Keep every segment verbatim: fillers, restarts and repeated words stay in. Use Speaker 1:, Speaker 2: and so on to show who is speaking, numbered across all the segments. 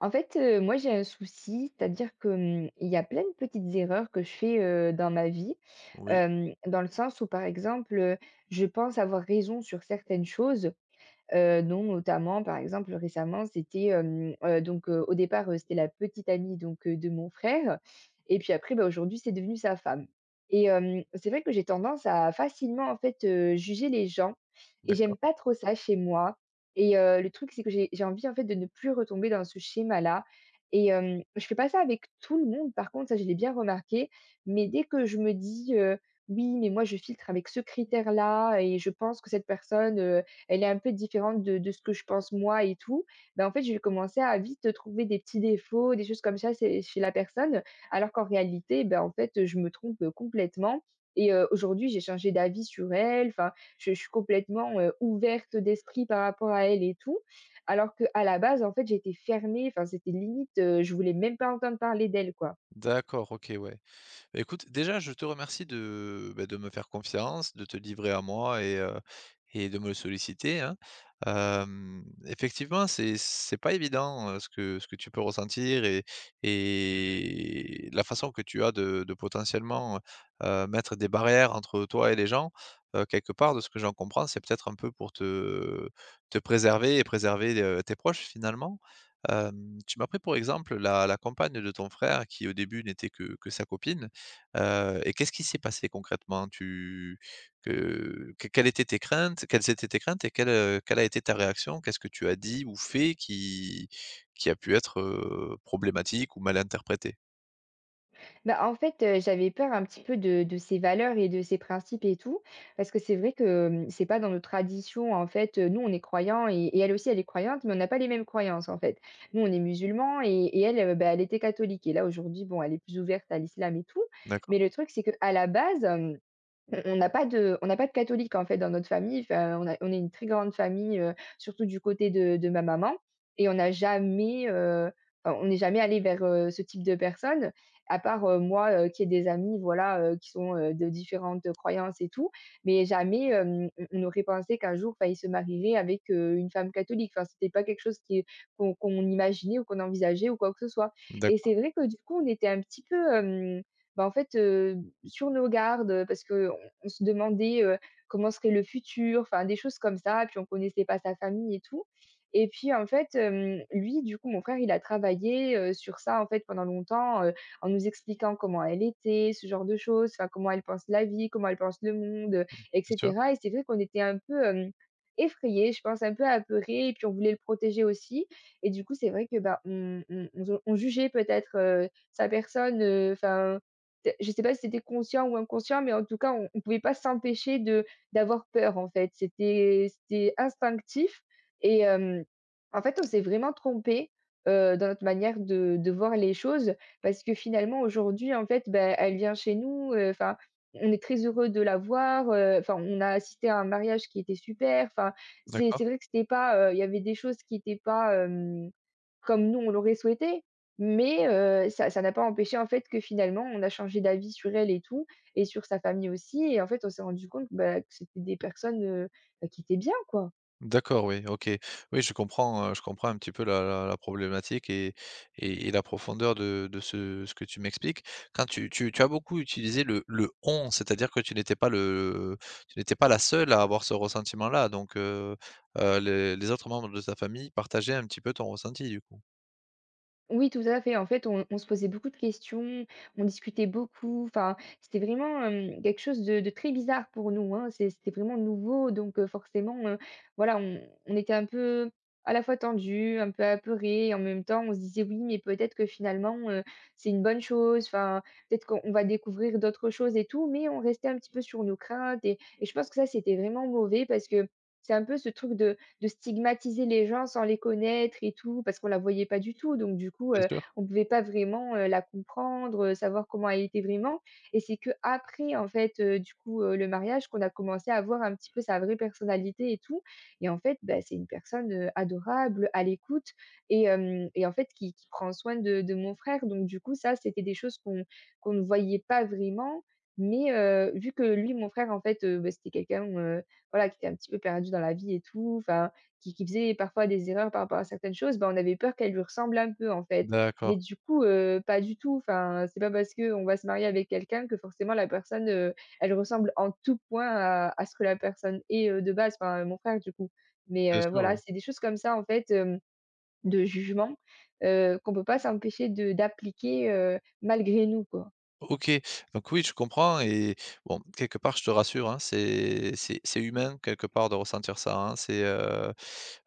Speaker 1: En fait, heu, moi, j'ai un souci, c'est-à-dire que, mmh, il y a plein de petites erreurs que je fais, heu, dans ma vie,
Speaker 2: Oui,
Speaker 1: hem, dans le sens où, par exemple, heu, je pense avoir raison sur certaines choses. Heu, dont notamment, par exemple, récemment, c'était, hem, heu, donc, heu, au départ, heu, c'était la petite amie donc, heu, de mon frère et puis après, bah, aujourd'hui, c'est devenu sa femme. Et hem, c'est vrai que j'ai tendance à facilement, en fait, heu, juger les gens et j'aime
Speaker 2: d'accord.
Speaker 1: pas trop ça chez moi. Et heu, le truc, c'est que j'ai j'ai envie, en fait, de ne plus retomber dans ce schéma-là. Et hem, je fais pas ça avec tout le monde, par contre, ça, je l'ai bien remarqué, mais dès que je me dis, heu: «Oui, mais moi, je filtre avec ce critère-là et je pense que cette personne, elle est un peu différente de de ce que je pense moi et tout. Ben en fait, je vais commencer à vite trouver des petits défauts, des choses comme ça c'est chez la personne, alors qu'en réalité, ben en fait, je me trompe, complètement. Et heu, aujourd'hui, j'ai changé d'avis sur elle, enfin, je je suis complètement, heu, ouverte d'esprit par rapport à elle et tout, alors que à la base, en fait, j'étais fermée, enfin, c'était limite, heu, je voulais même pas entendre parler d'elle, quoi.
Speaker 2: D'accord, OK, ouais. Bah, écoute, déjà, je te remercie de, bah, de me faire confiance, de te livrer à moi et, heu et de me le solliciter, hein. Hem, effectivement, c'est c'est pas évident, heu, ce que ce que tu peux ressentir et et la façon que tu as de de potentiellement, heu, mettre des barrières entre toi et les gens. Heu, quelque part, de ce que j'en comprends, c'est peut-être un peu pour te te préserver et préserver, heu, tes proches, finalement. Hem, tu m'as pris pour exemple la la compagne de ton frère qui, au début, n'était que que sa copine. Heu et qu'est-ce qui s'est passé concrètement? Tu que que Quelles étaient tes craintes, quelles étaient tes craintes et quelle, heu, quelle a été ta réaction? Qu'est-ce que tu as dit ou fait qui qui a pu être, heu, problématique ou mal interprété?
Speaker 1: Bah, en fait, heu, j'avais peur un petit peu de de ses valeurs et de ses principes et tout, parce que c'est vrai que, mmh, c'est pas dans nos traditions, en fait, heu, nous, on est croyants et et elle aussi, elle est croyante, mais on n'a pas les mêmes croyances, en fait. Nous, on est musulmans et et elle, heu, bah, elle était catholique et là, aujourd'hui, bon, elle est plus ouverte à l'islam et tout,
Speaker 2: D'accord,
Speaker 1: mais le truc, c'est qu'à la base, mmh, on on n'a pas de on n'a pas de catholique, en fait, dans notre famille. Enfin, on a on est une très grande famille, heu, surtout du côté de de ma maman et on n'a jamais, heu, enfin, on n'est jamais allé vers, heu, ce type de personnes, à part, heu, moi, heu, qui ai des amis, voilà, heu, qui sont, heu, de différentes croyances et tout. Mais jamais, hem, on on aurait pensé qu'un jour, enfin, ils se marieraient avec, heu, une femme catholique. Enfin, c'était pas quelque chose qui qu'on qu'on imaginait ou qu'on envisageait ou quoi que ce soit. Et
Speaker 2: d'accord,
Speaker 1: c'est vrai que, du coup, on était un petit peu, hem, bah, en fait, heu, sur nos gardes, parce qu'on on se demandait, heu, comment serait le futur, enfin des choses comme ça, puis on connaissait pas sa famille et tout. Et puis en fait, hem, lui du coup, mon frère, il a travaillé, heu, sur ça en fait pendant longtemps, heu, en nous expliquant comment elle était, ce genre de choses, enfin comment elle pense la vie, comment elle pense le monde, heu et
Speaker 2: bien sûr,
Speaker 1: cetera. Et c'est vrai qu'on était un peu, hem, effrayés, je pense un peu apeurés et puis on voulait le protéger aussi et du coup, c'est vrai que, bah, on on on on jugeait peut-être, heu, sa personne, enfin T je sais pas si c'était conscient ou inconscient, mais en tout cas, on ne pouvait pas s'empêcher de d'avoir peur, en fait. C'était c'était instinctif et hem, en fait, on s'est vraiment trompé, heu, dans notre manière de de voir les choses, parce que finalement, aujourd'hui, en fait, bah, elle vient chez nous, enfin, on est très heureux de la voir, enfin, on a assisté à un mariage qui était super. Enfin, c'est c'est
Speaker 2: d'accord.
Speaker 1: vrai que c'était pas, heu, il y avait des choses qui n'étaient pas, hem, comme nous, on l'aurait souhaité, mais heu, ça ça n'a pas empêché en fait que finalement on a changé d'avis sur elle et tout et sur sa famille aussi et en fait on s'est rendu compte, bah, que c'était des personnes, heu, bah, qui étaient bien quoi.
Speaker 2: D'accord, oui, OK. Oui, je comprends, heu, je comprends un petit peu la la la problématique et et et la profondeur de de ce ce que tu m'expliques. Quand tu tu tu as beaucoup utilisé le le «on», c'est-à-dire que tu n'étais pas le tu n'étais pas la seule à avoir ce ressentiment-là, donc heu heu, les les autres membres de ta famille partageaient un petit peu ton ressenti, du coup?
Speaker 1: Oui, tout à fait. En fait, on on se posait beaucoup de questions, on discutait beaucoup. Enfin, c'était vraiment, hem, quelque chose de de très bizarre pour nous, hein. C'est c'était vraiment nouveau, donc heu, forcément, heu, voilà, on on était un peu, à la fois tendu, un peu apeuré, et en même temps, on se disait: «Oui, mais peut-être que finalement, heu, c'est une bonne chose. Enfin, peut-être qu'on on va découvrir d'autres choses et tout», mais on restait un petit peu sur nos craintes et et je pense que ça, c'était vraiment mauvais parce que c'est un peu ce truc de de stigmatiser les gens sans les connaître et tout, parce qu'on la voyait pas du tout. Donc du coup,
Speaker 2: Bien
Speaker 1: heu,
Speaker 2: sûr.
Speaker 1: on pouvait pas vraiment, heu, la comprendre, heu, savoir comment elle était vraiment et c'est que après en fait, heu, du coup, heu, le mariage qu'on a commencé à voir un petit peu sa vraie personnalité et tout et en fait, bah, c'est une personne, heu, adorable, à l'écoute et hem et en fait qui qui prend soin de de mon frère. Donc du coup, ça, c'était des choses qu'on qu'on ne voyait pas vraiment, mais heu, vu que lui, mon frère en fait, heu, bah, c'était quelqu'un, heu, voilà qui était un petit peu perdu dans la vie et tout, enfin qui qui faisait parfois des erreurs par rapport à certaines choses, bah, on avait peur qu'elle lui ressemble un peu, en fait. Mais
Speaker 2: D'accord.
Speaker 1: du coup, heu, pas du tout, enfin, c'est pas parce qu'on va se marier avec quelqu'un que forcément la personne, heu, elle ressemble en tout point à à ce que la personne est, heu, de base, enfin, mon frère, du coup. Mais
Speaker 2: Bien
Speaker 1: heu,
Speaker 2: sûr, oui.
Speaker 1: voilà, c'est des choses comme ça, en fait, hem, de jugement, heu, qu'on peut pas s'empêcher de d'appliquer, heu, malgré nous, quoi.
Speaker 2: OK, donc oui, je comprends et bon, quelque part, je te rassure, hein, c'est c'est c'est humain, quelque part, de ressentir ça, hein. C'est, heu,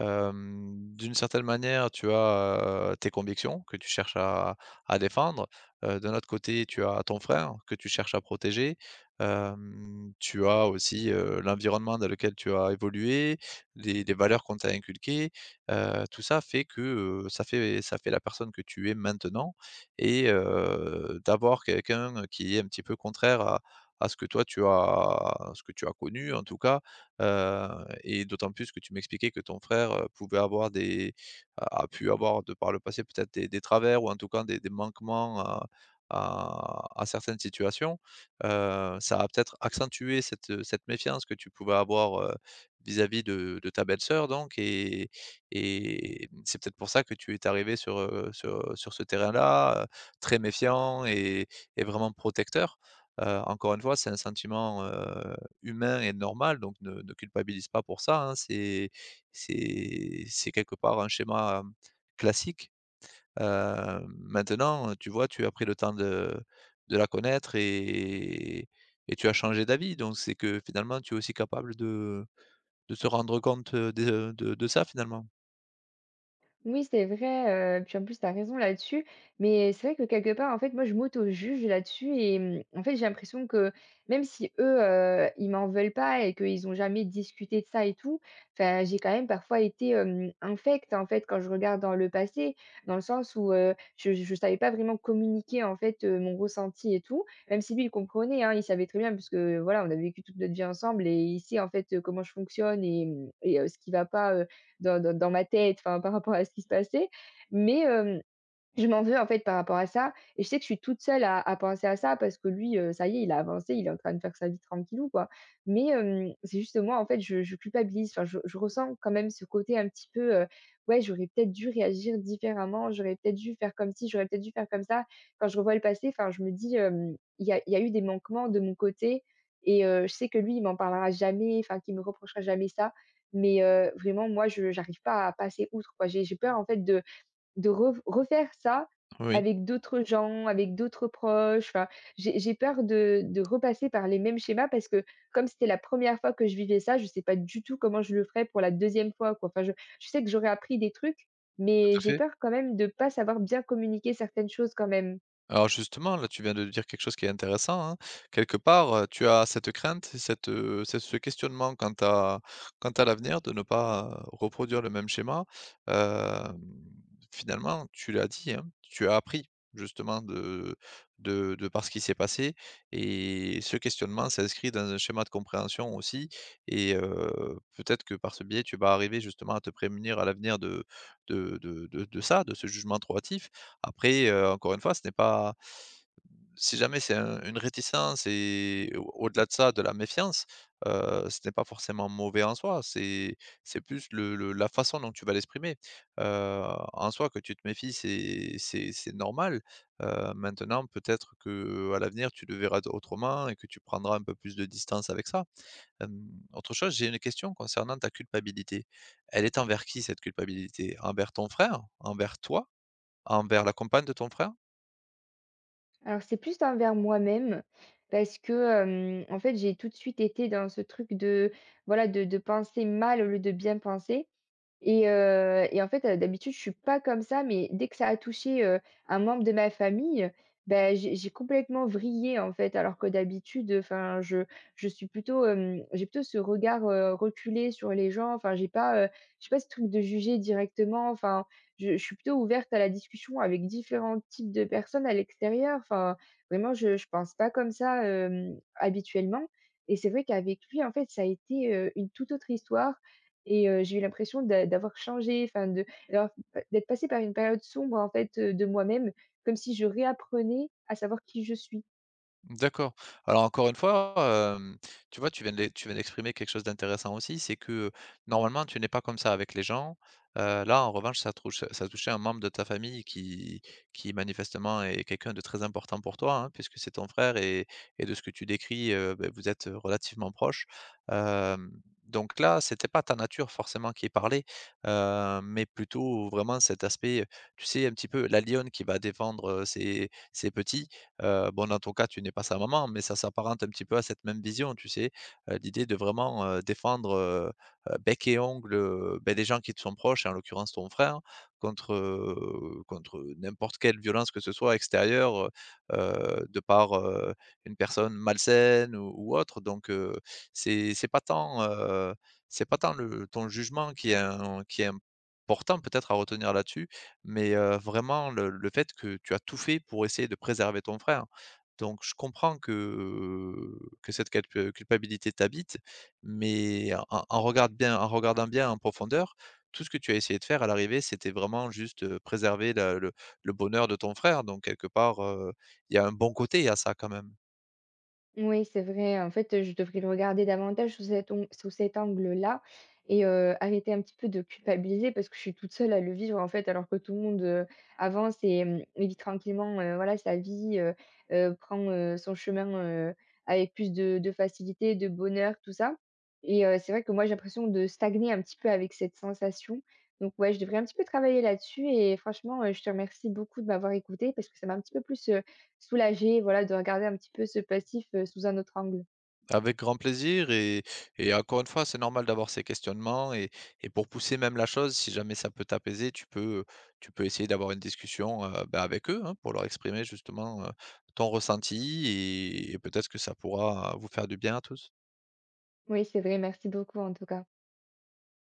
Speaker 2: hem, d'une certaine manière, tu as, heu, tes convictions que tu cherches à à défendre. Heu, d'un autre côté, tu as ton frère que tu cherches à protéger. Hem, tu as aussi, heu, l'environnement dans lequel tu as évolué, les les valeurs qu'on t'a inculquées. Heu, tout ça fait que, heu, ça fait ça fait la personne que tu es maintenant et heu, d'avoir quelqu'un qui est un petit peu contraire à à ce que toi tu as à ce que tu as connu en tout cas, heu et d'autant plus que tu m'expliquais que ton frère, heu, pouvait avoir des a a pu avoir de par le passé peut-être des des travers ou en tout cas des des manquements à à à certaines situations. Heu, ça a peut-être accentué cette, cette méfiance que tu pouvais avoir, heu, vis-à-vis de de ta belle-sœur donc et et c'est peut-être pour ça que tu es arrivé sur, heu, sur, sur ce terrain-là, très méfiant et et vraiment protecteur. Heu, encore une fois, c'est un sentiment, heu, humain et normal, donc ne ne culpabilise pas pour ça, hein. C'est c'est c'est quelque part un schéma, hem, classique. Heu, maintenant, tu vois, tu as pris le temps de de la connaître et et tu as changé d'avis, donc c'est que finalement tu es aussi capable de de te rendre compte, de de de ça, finalement.
Speaker 1: Oui, c'est vrai, heu, puis en plus tu as raison là-dessus, mais c'est vrai que quelque part, en fait, moi je m'auto-juge là-dessus et mmh, en fait, j'ai l'impression que même si eux, heu, ils m'en veulent pas et qu'ils ont jamais discuté de ça et tout, enfin, j'ai quand même parfois été, hem, infecte, en fait, quand je regarde dans le passé. Dans le sens où, heu, je je savais pas vraiment communiquer, en fait, heu, mon ressenti et tout, même si lui il comprenait, hein, il savait très bien parce que, voilà, on a vécu toute notre vie ensemble et il sait, en fait, heu, comment je fonctionne et mmh et heu, ce qui va pas, dans, dans, dans ma tête, enfin, par rapport à ce qui se passait. Mais, euh, je m'en veux en fait par rapport à ça et je sais que je suis toute seule à à penser à ça parce que lui, heu, ça y est, il a avancé, il est en train de faire sa vie tranquillou, quoi. Mais, hem, c'est juste moi, en fait, je je culpabilise, enfin je je ressens quand même ce côté un petit peu, heu, ouais, j'aurais peut-être dû réagir différemment, j'aurais peut-être dû faire comme ci, j'aurais peut-être dû faire comme ça. Quand je revois le passé, enfin, je me dis, hem, il y a il y a eu des manquements de mon côté et heu, je sais que lui, il m'en parlera jamais, enfin qu'il me reprochera jamais ça. Mais, heu, vraiment moi, je j'arrive pas à passer outre, quoi. J'ai j'ai peur en fait de de rev refaire ça
Speaker 2: Oui,
Speaker 1: avec d'autres gens, avec d'autres proches, enfin, j'ai j'ai peur de de repasser par les mêmes schémas parce que comme c'était la première fois que je vivais ça, je ne sais pas du tout comment je le ferais pour la deuxième fois, quoi. Enfin, je je sais que j'aurais appris des trucs,
Speaker 2: tout
Speaker 1: mais
Speaker 2: à
Speaker 1: j'ai
Speaker 2: fait.
Speaker 1: peur quand même de ne pas savoir bien communiquer certaines choses quand même.
Speaker 2: Alors justement, là, tu viens de dire quelque chose qui est intéressant, hein. Quelque part, heu, tu as cette crainte, cette, heu, ce ce questionnement quant à quant à l'avenir de ne pas euh, reproduire le même schéma. Hem, Finalement, tu l'as dit, hein, tu as appris justement de de de par ce qui s'est passé et ce questionnement s'inscrit dans un schéma de compréhension aussi et heu, peut-être que par ce biais, tu vas arriver justement à te prémunir à l'avenir de de de de de ça, de ce jugement trop hâtif après, heu, encore une fois, ce n'est pas si jamais c'est un une réticence et au au-delà de ça, de la méfiance, heu, ce n'est pas forcément mauvais en soi. C'est c'est plus le le la façon dont tu vas l'exprimer. Heu, En soi, que tu te méfies, c'est c'est c'est normal. Heu, maintenant, peut-être que à l'avenir, tu le verras d autrement et que tu prendras un peu plus de distance avec ça. Hem, Autre chose, j'ai une question concernant ta culpabilité. Elle est envers qui, cette culpabilité? Envers ton frère? Envers toi? Envers la compagne de ton frère?
Speaker 1: Alors c'est plus envers moi-même parce que, hem, en fait, j'ai tout de suite été dans ce truc de, voilà, de de penser mal au lieu de bien penser. Et heu et en fait, heu, d'habitude, je suis pas comme ça, mais dès que ça a touché, heu, un membre de ma famille, ben j'ai j'ai complètement vrillé, en fait. Alors que d'habitude, enfin, je je suis plutôt, hem, j'ai plutôt ce regard, heu, reculé sur les gens. Enfin, j'ai pas, heu, j'ai pas ce truc de juger directement. Enfin, je je suis plutôt ouverte à la discussion avec différents types de personnes à l'extérieur. Enfin, vraiment, je je pense pas comme ça, hem, habituellement et c'est vrai qu'avec lui, en fait, ça a été, heu, une toute autre histoire. Et heu, j'ai eu l'impression d'a d'avoir changé, enfin de d'avoir d'être passée par une période sombre en fait, heu, de moi-même, comme si je réapprenais à savoir qui je suis.
Speaker 2: D'accord. Alors encore une fois, hem, tu vois, tu viens d'e tu viens d'exprimer quelque chose d'intéressant aussi, c'est que, heu, normalement tu n'es pas comme ça avec les gens. Heu, là en revanche ça trouche ça touchait un membre de ta famille qui qui manifestement est quelqu'un de très important pour toi, hein, puisque c'est ton frère et et de ce que tu décris, heu, beh, vous êtes relativement proches. Hem, donc là, c'était pas ta nature forcément qui est parlée, heu, mais plutôt vraiment cet aspect, tu sais, un petit peu la lionne qui va défendre, heu, ses ses petits. Heu, bon, dans ton cas, tu n'es pas sa maman, mais ça s'apparente un petit peu à cette même vision, tu sais? Heu, l'idée de vraiment, heu, défendre, heu heu, bec et ongles, heu, beh, les gens qui te sont proches et en l'occurrence ton frère contre, heu, contre n'importe quelle violence que ce soit extérieure, heu de par, heu, une personne malsaine ou ou autre, donc heu, c'est c'est pas tant, heu, c'est pas tant le ton jugement qui est im qui est important peut-être à retenir là-dessus mais heu, vraiment le le fait que tu as tout fait pour essayer de préserver ton frère. Donc je comprends que, heu, que cette calp culpabilité t'habite, mais en en en regarde bien en regardant bien en profondeur, tout ce que tu as essayé de faire à l'arrivée, c'était vraiment juste, heu, préserver la le le bonheur de ton frère, donc quelque part, heu, il y a un bon côté à ça quand même.
Speaker 1: Oui, c'est vrai. En fait, je devrais le regarder davantage sous cet ong sous cet angle-là et heu, arrêter un petit peu de culpabiliser parce que je suis toute seule à le vivre, en fait, alors que tout le monde, heu, avance et mmh et vit tranquillement, heu, voilà, sa vie, heu heu, prend, heu, son chemin, heu, avec plus de de facilité, de bonheur, tout ça et heu, c'est vrai que moi, j'ai l'impression de stagner un petit peu avec cette sensation. Donc ouais, je devrais un petit peu travailler là-dessus et franchement, heu, je te remercie beaucoup de m'avoir écoutée parce que ça m'a un petit peu plus, heu soulagée, voilà, de regarder un petit peu ce passif, heu, sous un autre angle.
Speaker 2: Avec grand plaisir et et encore une fois, c'est normal d'avoir ces questionnements et et pour pousser même la chose, si jamais ça peut t'apaiser, tu peux, tu peux essayer d'avoir une discussion, heu, bah, avec eux, hein, pour leur exprimer justement, heu, ton ressenti et et peut-être que ça pourra vous faire du bien à tous.
Speaker 1: Oui, c'est vrai, merci beaucoup en tout cas.